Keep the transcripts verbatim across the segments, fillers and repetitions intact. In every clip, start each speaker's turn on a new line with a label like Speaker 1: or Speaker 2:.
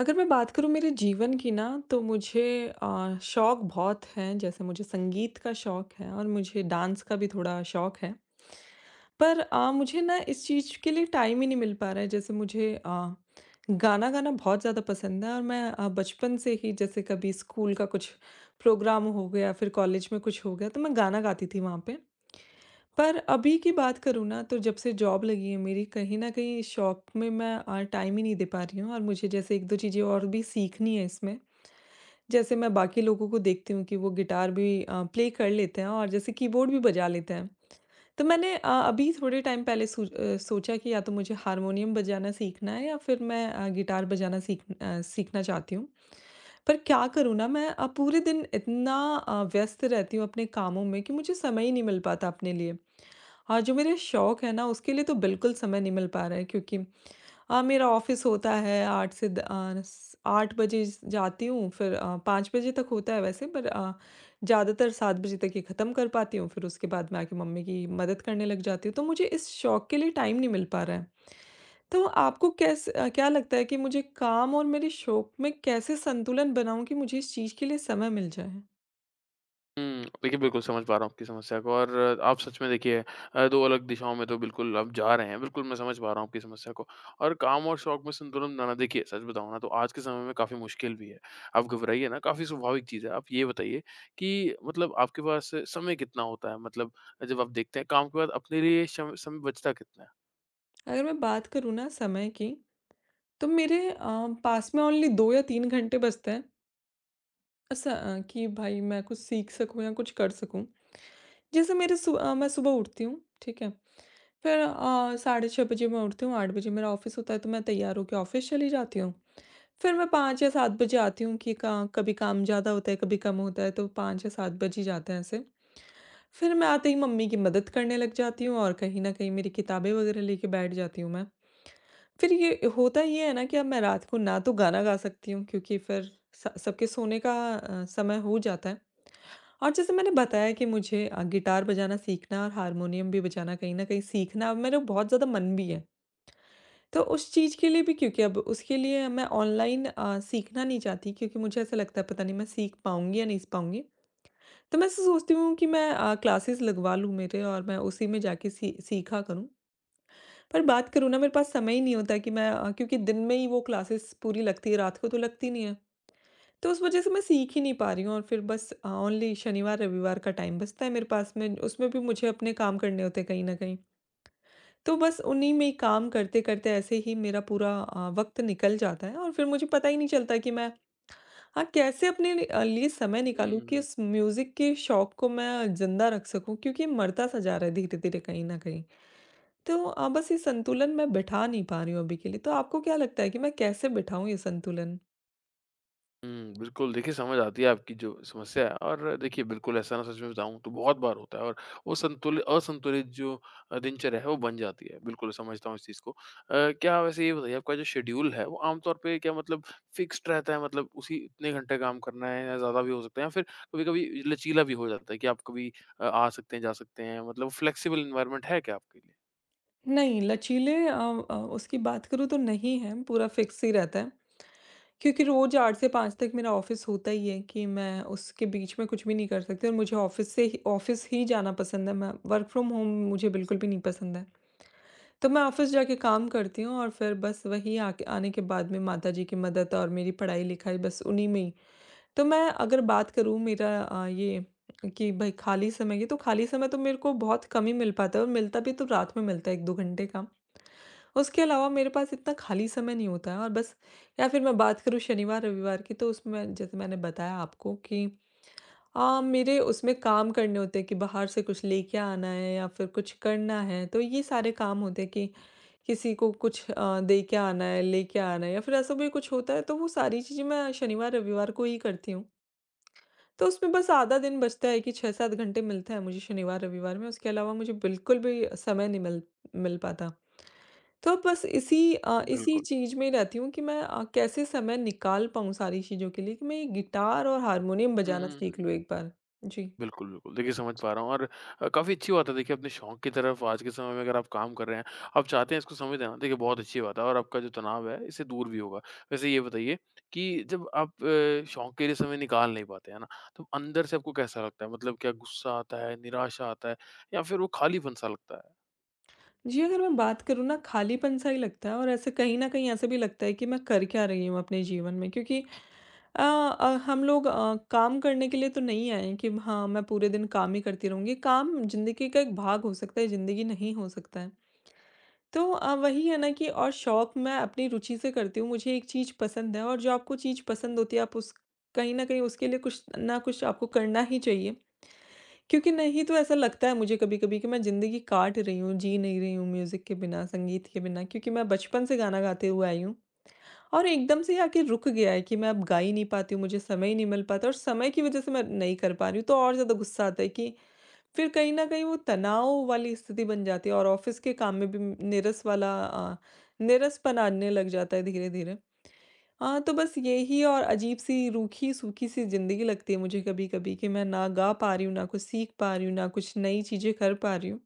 Speaker 1: अगर मैं बात करूँ मेरे जीवन की ना, तो मुझे अ, शौक बहुत हैं। जैसे मुझे संगीत का शौक है और मुझे डांस का भी थोड़ा शौक है। पर अ, मुझे ना इस चीज़ के लिए टाइम ही नहीं मिल पा रहा है। जैसे मुझे अ, गाना गाना बहुत ज़्यादा पसंद है और मैं अ, बचपन से ही जैसे कभी स्कूल का कुछ प्रोग्राम हो गया, फिर कॉलेज में कुछ हो गया, तो मैं गाना गाती थी वहाँ पे। पर अभी की बात करूँ ना, तो जब से जॉब लगी है मेरी, कहीं न कहीं इस शौक में मैं अ, टाइम ही नहीं दे पा रही हूँ और मुझे जैसे एक दो चीज़ें और भी सीखनी है इसमें। जैसे मैं बाकी लोगों को देखती हूँ कि वो गिटार भी अ, प्ले कर लेते हैं और जैसे कीबोर्ड भी बजा लेते हैं। तो मैंने अ, अभी थोड़े टाइम पहले सू अ, सोचा कि या तो मुझे हारमोनियम बजाना सीखना है या फिर मैं अ, गिटार बजाना सीख अ, सीखना चाहती हूँ। पर क्या करूँ ना, मैं अ, पूरे दिन इतना अ, व्यस्त रहती हूँ अपने कामों में कि मुझे समय ही नहीं मिल पाता अपने लिए। हाँ, जो मेरे शौक है ना, उसके लिए तो बिल्कुल समय नहीं मिल पा रहा है, क्योंकि अ, मेरा ऑफिस होता है आठ से द अ, स आठ बजे स जाती हूँ, फिर अ, पाँच बजे तक होता है वैसे, पर अ, ज़्यादातर सात बजे तक ही ख़त्म कर पाती हूँ। फिर उसके बाद मैं आके मम्मी की मदद करने लग जाती हूँ। तो मुझे इस शौक के लिए टाइम नहीं मिल पा रहा है। तो आपको कैस अ, क्या लगता है कि मुझे काम और मेरे शौक में कैसे संतुलन बनाऊँ कि मुझे इस चीज़ के लिए समय मिल जाए?
Speaker 2: हुँ, देखिए बिल्कुल समझ पा रहा हूँ आपकी समस्या को और आप सच में देखिए अ, दो अलग दिशाओं में तो बिल्कुल आप जा रहे हैं। बिल्कुल मैं समझ पा रहा हूँ आपकी समस्या को और काम और शौक में संतुलन बनाना देखिए सच बताऊँ ना तो आज के समय में काफ़ी मुश्किल भी है। आप घबराइए ना काफ़ी स्वाभाविक चीज़ है। आप ये बताइए कि मतलब आपके पास समय कितना होता है? मतलब जब आप देखते हैं काम के बाद अपने लिए शम समय बचता कितना है?
Speaker 1: अगर मैं बात करूँ ना समय की, तो मेरे अ, पास में ओनली दो या तीन घंटे बचते हैं ऐसा, अ, कि भाई मैं कुछ सीख सकूँ या कुछ कर सकूँ। जैसे मेरे सु अ, मैं सुबह उठती हूँ, ठीक है? फिर अ, साढ़े छह बजे मैं उठती हूँ, आठ बजे मेरा ऑफ़िस होता है, तो मैं तैयार होके ऑफ़िस चली जाती हूँ। फिर मैं पाँच या सात बजे आती हूँ कि का कभी काम ज़्यादा होता है, कभी कम होता है, तो पाँच या सात बज ही जाते हैं ऐसे। फिर मैं आते ही मम्मी की मदद करने लग जाती हूँ और कहीं न कहीं मेरी किताबें वग़ैरह लेके बैठ जाती हूँ मैं। फिर ये होता ये है ना कि अब मैं रात को ना तो गाना गा सकती हूँ, क्योंकि फिर स सबके सोने का अ, समय हो जाता है। और जैसे मैंने बताया कि मुझे अ, गिटार बजाना सीखना और हारमोनियम भी बजाना कहीं न कहीं सीखना अब मेरा बहुत ज़्यादा मन भी है। तो उस चीज़ के लिए भी, क्योंकि अब उसके लिए मैं ऑनलाइन अ, सीखना नहीं चाहती, क्योंकि मुझे ऐसा लगता है पता नहीं मैं सीख पाऊँगी या नहीं पाऊँगी। तो मैं ऐसा सोचती हूँ कि मैं अ, क्लासेस लगवा लूँ मेरे और मैं उसी में जाके सी सीखा करूँ। पर बात करूँ ना, मेरे पास समय ही नहीं होता कि मैं अ, क्योंकि दिन में ही वो क्लासेस पूरी लगती है, रात को तो लगती नहीं है। तो उस वज़ह से मैं सीख ही नहीं पा रही हूँ और फिर बस अ, ओनली शनिवार-रविवार का टाइम बचता है मेरे पास में, उसमें भी मुझे अपने काम करने होते हैं कहीं न कहीं। तो बस उन्हीं में ही काम करते-करते ऐसे ही मेरा पूरा अ, वक़्त निकल जाता है और फिर मुझे पता ही नहीं चलता कि मैं, हाँ, कैसे अपने लि अ, लिए समय
Speaker 2: हुँ,
Speaker 1: निकालूँ
Speaker 2: हुँ,
Speaker 1: कि
Speaker 2: हुँ।
Speaker 1: इस म्यूज़िक के शौक को मैं ज़िंदा रख सकूँ, क्योंकि ये मरता-सा जा रहा है धीरे-धीरे कहीं न कहीं। तो अ, बस ये संतुलन मैं बिठा नहीं पा रही हूँ अभी के लिए। तो आपको क्या लगता है कि मैं कैसे बिठाऊँ ये संतुलन?
Speaker 2: हुँ, बिल्कुल, देखिए समझ आती है आपकी जो समस्या है और देखिए बिल्कुल ऐसा ना सच में बताऊँ तो बहुत बार होता है और वो संतुल असंतुलित जो अ, दिनचर्या है वो बन जाती है। बिल्कुल समझता हूँ इस चीज़ को। अ, क्या वैसे ये बताइए आपका जो शेड्यूल है वो आमतौर पे क्या मतलब फिक्स्ड रहता है मतलब उसी इतने घंटे काम करना है या ज़्यादा भी हो सकता है या फिर कभी-कभी लचीला भी हो जाता है कि आप कभी अ, आ सकते हैं, जा सकते हैं मतलब फ्लेक्सिबल एनवायरनमेंट है क्या आपके लिए?
Speaker 1: नहीं, लचीले अ अ, उसकी बात करूँ तो नहीं है, पूरा फिक्स ही रहता है। क्योंकि रोज़ आठ से पाँच तक मेरा ऑफ़िस होता ही है, कि मैं उसके बीच में कुछ भी नहीं कर सकती, और मुझे ऑफ़िस से ही, ऑफ़िस ही जाना पसंद है, मैं वर्क फ्रॉम होम मुझे बिल्कुल भी नहीं पसंद है। तो मैं ऑफ़िस जाके काम करती हूँ और फिर बस वही आके, आने के बाद में माताजी की मदद और मेरी पढ़ाई-लिखाई, बस उन्हीं में ही। तो मैं अगर बात करूँ मेरा अ, ये, कि भाई खाली समय की, तो खाली समय तो मेरे को बहुत कम ही मिल पाता है और मिलता भी तो रात में मिलता है एक दो घंटे का। उसके अलावा मेरे पास इतना खाली समय नहीं होता है और बस, या फिर मैं बात करूँ शनिवार-रविवार की, तो उसमें जैसे मैंने बताया आपको, कि अ, मेरे उसमें काम करने होते हैं कि बाहर से कुछ लेके आना है या फिर कुछ करना है। तो ये सारे काम होते हैं कि किसी को कुछ अ, दे के आना है, लेके आना है, या फिर ऐसा भी कुछ होता है, तो वो सारी चीज़ें मैं शनिवार-रविवार को ही करती हूँ। तो उसमें बस आधा दिन बचता है कि छह सात घंटे मिलता है मुझे शनिवार-रविवार में, उसके अलावा मुझे बिल्कुल भी समय नहीं मिल मिल पाता। तो बस इसी अ, इसी
Speaker 2: बिल्कुल।
Speaker 1: चीज़ में रहती हूँ कि मैं अ, कैसे समय निकाल पाऊँ सारी चीज़ों के लिए, कि मैं ये गिटार और हारमोनियम
Speaker 2: हुँ,
Speaker 1: बजाना
Speaker 2: हुँ,
Speaker 1: सीख
Speaker 2: हुँ।
Speaker 1: लूँ एक बार। जी।
Speaker 2: बिल्कुल, बिल्कुल। देखिए समझ पा रहा हूँ और अ, काफ़ी अच्छी बात है देखिए अपने शौक की तरफ आज के समय में अगर आप काम कर रहे हैं, आप चाहते हैं इसको समय देना, देखिए बहुत अच्छी बात है और आपका जो तनाव है इससे दूर भी होगा। वैसे ये बताइए कि जब आप अ, शौक के लिए समय निकाल नहीं पाते, है ना? तो अंदर से आपको कैसा लगता है? मतलब क्या गुस्सा आता है, निराशा आता है या फिर वो खालीपन-सा लगता है?
Speaker 1: जी, अगर मैं बात करूँ ना, खालीपन-सा ही लगता है और ऐसे कहीं न कहीं ऐसा भी लगता है कि मैं कर क्या रही हूँ अपने जीवन में? क्योंकि अ अ, हम लोग अ, काम करने के लिए तो नहीं आए हैं कि हाँ, मैं पूरे दिन काम ही करती रहूँगी। काम ज़िंदगी का एक भाग हो सकता है, ज़िंदगी नहीं हो सकता है। तो अ, वही है ना कि और शौक मैं अपनी रुचि से करती हूँ, मुझे एक चीज़ पसंद है और जो आपको चीज़ पसंद होती है, आप उस कहीं न कहीं उसके लिए कुछ ना कुछ आपको करना ही चाहिए। क्योंकि नहीं तो ऐसा लगता है मुझे कभी-कभी कि मैं ज़िंदगी काट रही हूँ, जी नहीं रही हूँ म्यूज़िक के बिना, संगीत के बिना, क्योंकि मैं बचपन से गाना गाते हुए आई हूँ। और एकदम से ये आके रुक गया है कि मैं अब गा ही नहीं पाती हूँ, मुझे समय ही नहीं मिल पाता और समय की वज़ह से मैं नहीं कर पा रही हूँ, तो और ज़्यादा गुस्सा आता है कि फिर कहीं न कहीं वो तनाव वाली स्थिति बन जाती है और ऑफ़िस के काम में भी नीरस वाला अ, नीरसपन आने लग जाता है धीरे-धीरे। हाँ, तो बस यही, और अजीब-सी रूखी-सूखी-सी ज़िंदगी लगती है मुझे कभी-कभी कि मैं ना गा पा रही हूँ, ना कुछ सीख पा रही हूँ, ना कुछ नई चीज़ें कर पा रही हूँ।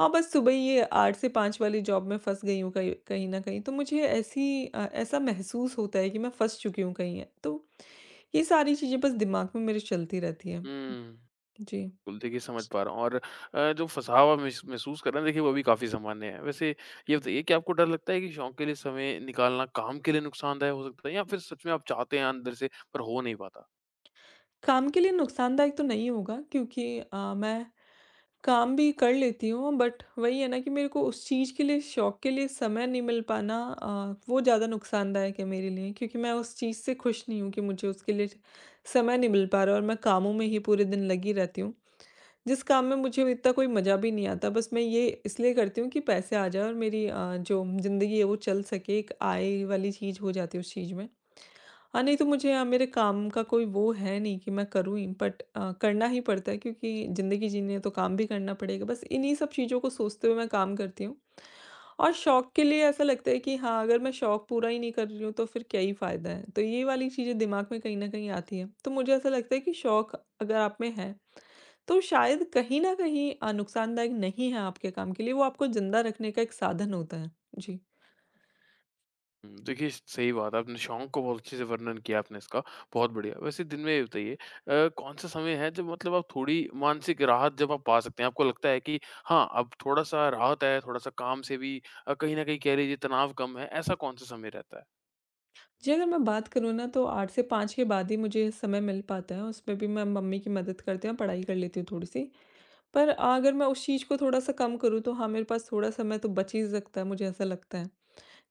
Speaker 1: हाँ, बस सुबह ये आठ से पाँच वाली जॉब में फँस गई हूँ कहीं कहीं न कहीं, तो मुझे ऐसी अ, ऐसा महसूस होता है कि मैं फँस चुकी हूँ कहीं है। तो ये सारी चीज़ें बस दिमाग में मेरे चलती रहती हैं।
Speaker 2: हुँ।
Speaker 1: जी।
Speaker 2: बिल्कुल, देखिए समझ पा रहा हूँ और अ, जो फँसावा महस महसूस कर रहे हैं देखिए वो भी काफ़ी सामान्य है। वैसे ये बताइए कि आपको डर लगता है कि शौक के लिए समय निकालना काम के लिए नुकसानदायक हो सकता है या फिर सच में आप चाहते हैं अंदर से पर हो नहीं पाता?
Speaker 1: काम के लिए नुकसानदायक तो नहीं होगा, क्योंकि अ, मैं काम भी कर लेती हूँ। बट वही है ना कि मेरे को उस चीज़ के लिए, शौक के लिए समय नहीं मिल पाना, अ, वो ज़्यादा नुकसानदायक है मेरे लिए, क्योंकि मैं उस चीज़ से खुश नहीं हूँ कि मुझे उसके लिए समय नहीं मिल पा रहा और मैं कामों में ही पूरे दिन लगी रहती हूँ। जिस काम में मुझे इतना कोई मज़ा भी नहीं आता, बस मैं ये इसलिए करती हूँ कि पैसे आ जाएँ और मेरी, अ, जो ज़िंदगी है वो चल सके, एक आय वाली चीज़ हो जाती है उस चीज़ में। हाँ, नहीं तो मुझे अ, मेरे काम का कोई वो है नहीं कि मैं करूँ ही, बट अ, करना ही पड़ता है, क्योंकि ज़िंदगी जीनी है तो काम भी करना पड़ेगा। बस इन्हीं सब चीज़ों को सोचते हुए मैं काम करती हूँ। और शौक के लिए ऐसा लगता है कि हाँ, अगर मैं शौक पूरा ही नहीं कर रही हूँ तो फिर क्या ही फ़ायदा है? तो ये वाली चीज़ें दिमाग में कहीं न कहीं आती हैं। तो मुझे ऐसा लगता है कि शौक अगर आप में है, तो शायद कहीं न कहीं अ, नुकसानदायक नहीं है आपके काम के लिए, वो आपको ज़िंदा रखने का एक साधन होता है। जी।
Speaker 2: हुँ, देखिए सही बात है आपने शौक को बहुत अच्छे से वर्णन किया आपने इसका, बहुत बढ़िया। वैसे दिन में ये बताइए अ, कौन-सा समय है जब मतलब आप थोड़ी मानसिक राहत जब आप पा सकते हैं? आपको लगता है कि हाँ, अब थोड़ा-सा राहत है, थोड़ा-सा काम से भी अ, कहीं न कहीं कह लीजिए तनाव कम है, ऐसा कौन-सा समय रहता है?
Speaker 1: जी, अगर मैं बात करूँ ना, तो आठ से पाँच के बाद ही मुझे समय मिल पाता है, उसमें भी मैं मम्मी की मदद करते हैं, पढ़ाई कर लेती हूँ थोड़ी-सी। पर अ, अगर मैं उस चीज़ को थोड़ा-सा कम करूँ तो हाँ, मेरे पास थोड़ा समय तो बच ही सकता है, मुझे ऐसा लगता है।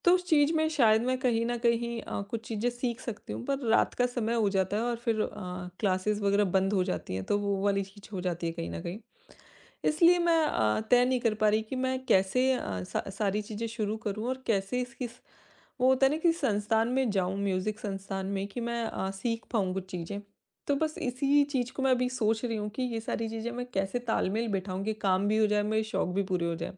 Speaker 1: तो उस चीज़ में शायद मैं कहीं न कहीं अ, कुछ चीज़ें सीख सकती हूँ, पर रात का समय हो जाता है और फिर अ, क्लासेस वग़ैरह बंद हो जाती हैं, तो वो वाली चीज़ हो जाती है कहीं न कहीं। इसलिए मैं अ, तय नहीं कर पा रही कि मैं कैसे अ, सा सारी चीज़ें शुरू करूँ और कैसे इसकी स वो होता है ना कि संस्थान में जाऊँ, म्यूज़िक संस्थान में, कि मैं अ, सीख पाऊँ कुछ चीज़ें। तो बस इसी चीज़ को मैं अभी सोच रही हूँ कि ये सारी चीज़ें मैं कैसे तालमेल बिठाऊँ कि काम भी हो जाए, मेरे शौक भी पूरे हो जाएँ।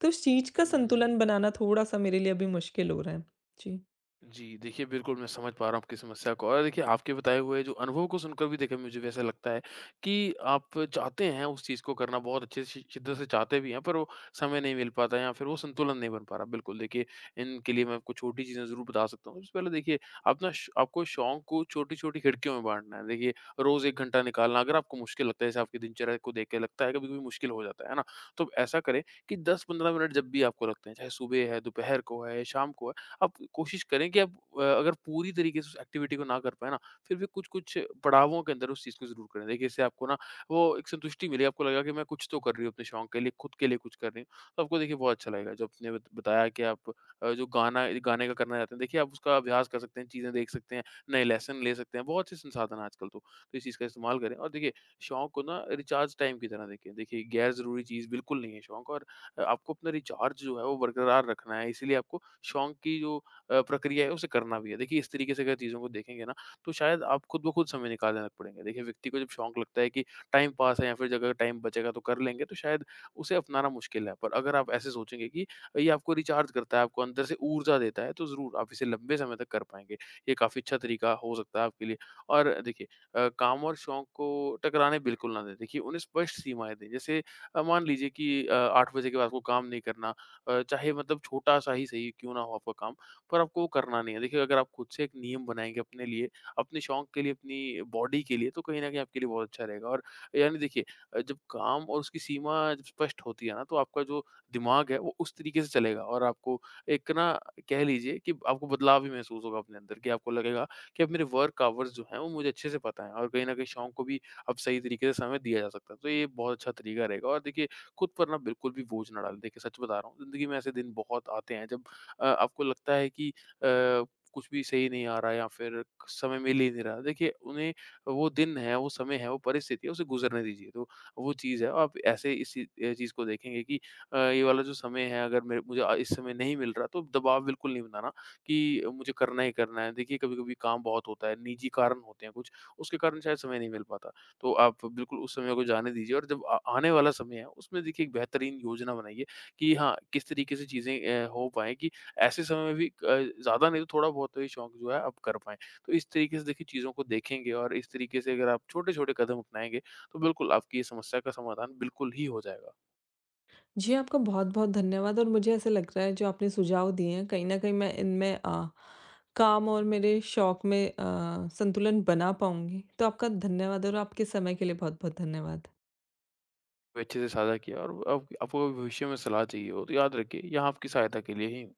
Speaker 1: तो उस चीज़ का
Speaker 2: हुँ।
Speaker 1: संतुलन बनाना थोड़ा-सा मेरे लिए अभी मुश्किल हो रहा है। जी।
Speaker 2: जी, देखिए बिल्कुल मैं समझ पा रहा हूँ आपकी समस्या को और देखिए आपके बताए हुए जो अनुभव को सुनकर भी देखिए मुझे भी ऐसा लगता है कि आप चाहते हैं उस चीज़ को करना बहुत अच्छे से शिद्दत से चाहते भी हैं पर वो समय नहीं मिल पाता या फिर वो संतुलन नहीं बन पा रहा। बिल्कुल देखिए इनके लिए मैं आपको छोटी चीज़ें ज़रूर बता सकता हूँ। सबसे पहले देखिए अपना श आपको शौक को छोटी-छोटी खिड़कियों में बाँटना है। देखिए रोज़ एक घंटा निकालना अगर आपको मुश्किल लगता है जैसे आपकी दिनचर्या को देख के लगता है कभी-कभी मुश्किल हो जाता है, है ना? तो ऐसा करें कि दस पंद्रह मिनट जब भी आपको लगते हैं चाहे सुबह है, दोपहर को है, शाम को है आप कोशिश करें कि आप अ, अगर पूरी तरीके से उस एक्टिविटी को ना कर पाए ना, फिर भी कुछ-कुछ पड़ावों के अंदर उस चीज़ को ज़रूर करें। देखिए, इससे आपको ना वो एक संतुष्टि मिलेगी, आपको लगेगा कि मैं कुछ तो कर रही हूँ अपने शौक के लिए, खुद के लिए कुछ कर रही हूँ। तो आपको देखिए बहुत अच्छा लगेगा। जो आपने बत बताया कि आप अ, जो गाना गाने का करना चाहते हैं, देखिए आप उसका अभ्यास कर सकते हैं, चीज़ें देख सकते हैं, नए लेसन ले सकते हैं, बहुत से संसाधन हैं आजकल तो। तो इस चीज़ का इस्तेमाल करें और देखिए, शौक को ना रिचार्ज टाइम की तरह देखें। देखिए, गैर ज़रूरी चीज़ बिल्कुल नहीं है शौक और आपको अपना रिचार्ज जो है वो बरकरार रखना है, इसीलिए आपको शौक की जो अ, प्रक्रिया है उसे करना भी है। देखिए इस तरीके से अगर चीज़ों को देखेंगे ना, तो शायद आप खुद ब खुद समय निकालने लग पड़ेंगे। देखिए व्यक्ति को जब शौक लगता है कि टाइम पास है या फिर अगर टाइम बचेगा तो कर लेंगे, तो शायद उसे अपनाना मुश्किल है। पर अगर आप ऐसे सोचेंगे कि ये आपको रिचार्ज करता है, आपको अंदर से ऊर्जा देता है, तो ज़रूर आप इसे लंबे समय तक कर पाएँगे। ये काफ़ी अच्छा तरीका हो सकता है आपके लिए। और देखिए अ, काम और शौक को टकराने बिल्कुल ना दें। देखिए उन्हें स्पष्ट सीमाएँ दें। जैसे अ, मान लीजिए कि अ, आठ बजे के बाद आपको काम नहीं करना अ, चाहे मतलब छोटा-सा ही सही क्यों ना हो आपका काम, पर आपको वो करना नहीं है। देखिए अगर आप खुद से एक नियम बनाएँगे अपने लिए, अपने शौक के लिए, अपनी बॉडी के लिए, तो कहीं न कहीं आपके लिए बहुत अच्छा रहेगा। और यानी देखिए अ, जब काम और उसकी सीमा जब स्पष्ट होती है ना, तो आपका जो दिमाग है वो उस तरीके से चलेगा और आपको एक ना कह लीजिए कि आपको बदलाव भी महसूस होगा अपने अंदर कि आपको लगेगा कि अब मेरे वर्क आवर्स जो हैं, वो मुझे अच्छे से पता है और कहीं न कहीं शौक को भी अब सही तरीके से समय दिया जा सकता है। तो ये बहुत अच्छा तरीका रहेगा और देखिए खुद पर ना बिल्कुल भी बोझ ना डालें। देखिए सच बता रहा हूँ, ज़िंदगी में ऐसे दिन बहुत आते हैं जब अ, आपको लगता है कि अ, कुछ भी सही नहीं आ रहा है या फिर समय मिल ही नहीं रहा। देखिए उन्हें वो दिन है, वो समय है, वो परिस्थिति है, उसे गुज़रने दीजिए। तो वो चीज़ है आप ऐसे इसी अ, चीज़ को देखेंगे कि अ, ये वाला जो समय है अगर मेरे मुझे अ, इस समय नहीं मिल रहा तो दबाव बिल्कुल नहीं बनाना कि मुझे करना ही करना है। देखिए कभी-कभी काम बहुत होता है, निजी कारण होते हैं कुछ, उसके कारण शायद समय नहीं मिल पाता। तो आप बिल्कुल उस समय को जाने दीजिए और जब आ आने वाला समय है, उसमें देखिए एक बेहतरीन योजना बनाइए कि हाँ, किस तरीके से चीज़ें अ, हो पाएँ कि ऐसे समय में भी अ, ज़्यादा नहीं तो थोड़ा बहुत तो ये शौक जो है आप कर पाएँ। तो इस तरीके से देखिए चीज़ों को देखेंगे और इस तरीके से अगर आप छोटे-छोटे कदम अपनाएँगे, तो बिल्कुल आपकी ये समस्या का समाधान बिल्कुल ही हो जाएगा।
Speaker 1: जी, आपका बहुत-बहुत धन्यवाद और मुझे ऐसा लग रहा है जो आपने सुझाव दिए हैं, कहीं न कहीं मैं इनमें अ, काम और मेरे शौक में अ, संतुलन बना पाऊँगी। तो आपका धन्यवाद और आपके समय के लिए बहुत-बहुत धन्यवाद।
Speaker 2: अच्छे से साझा किया और अब आपको भविष्य में सलाह चाहिए हो तो याद रखिए यहाँ आपकी सहायता के लिए ही हूँ।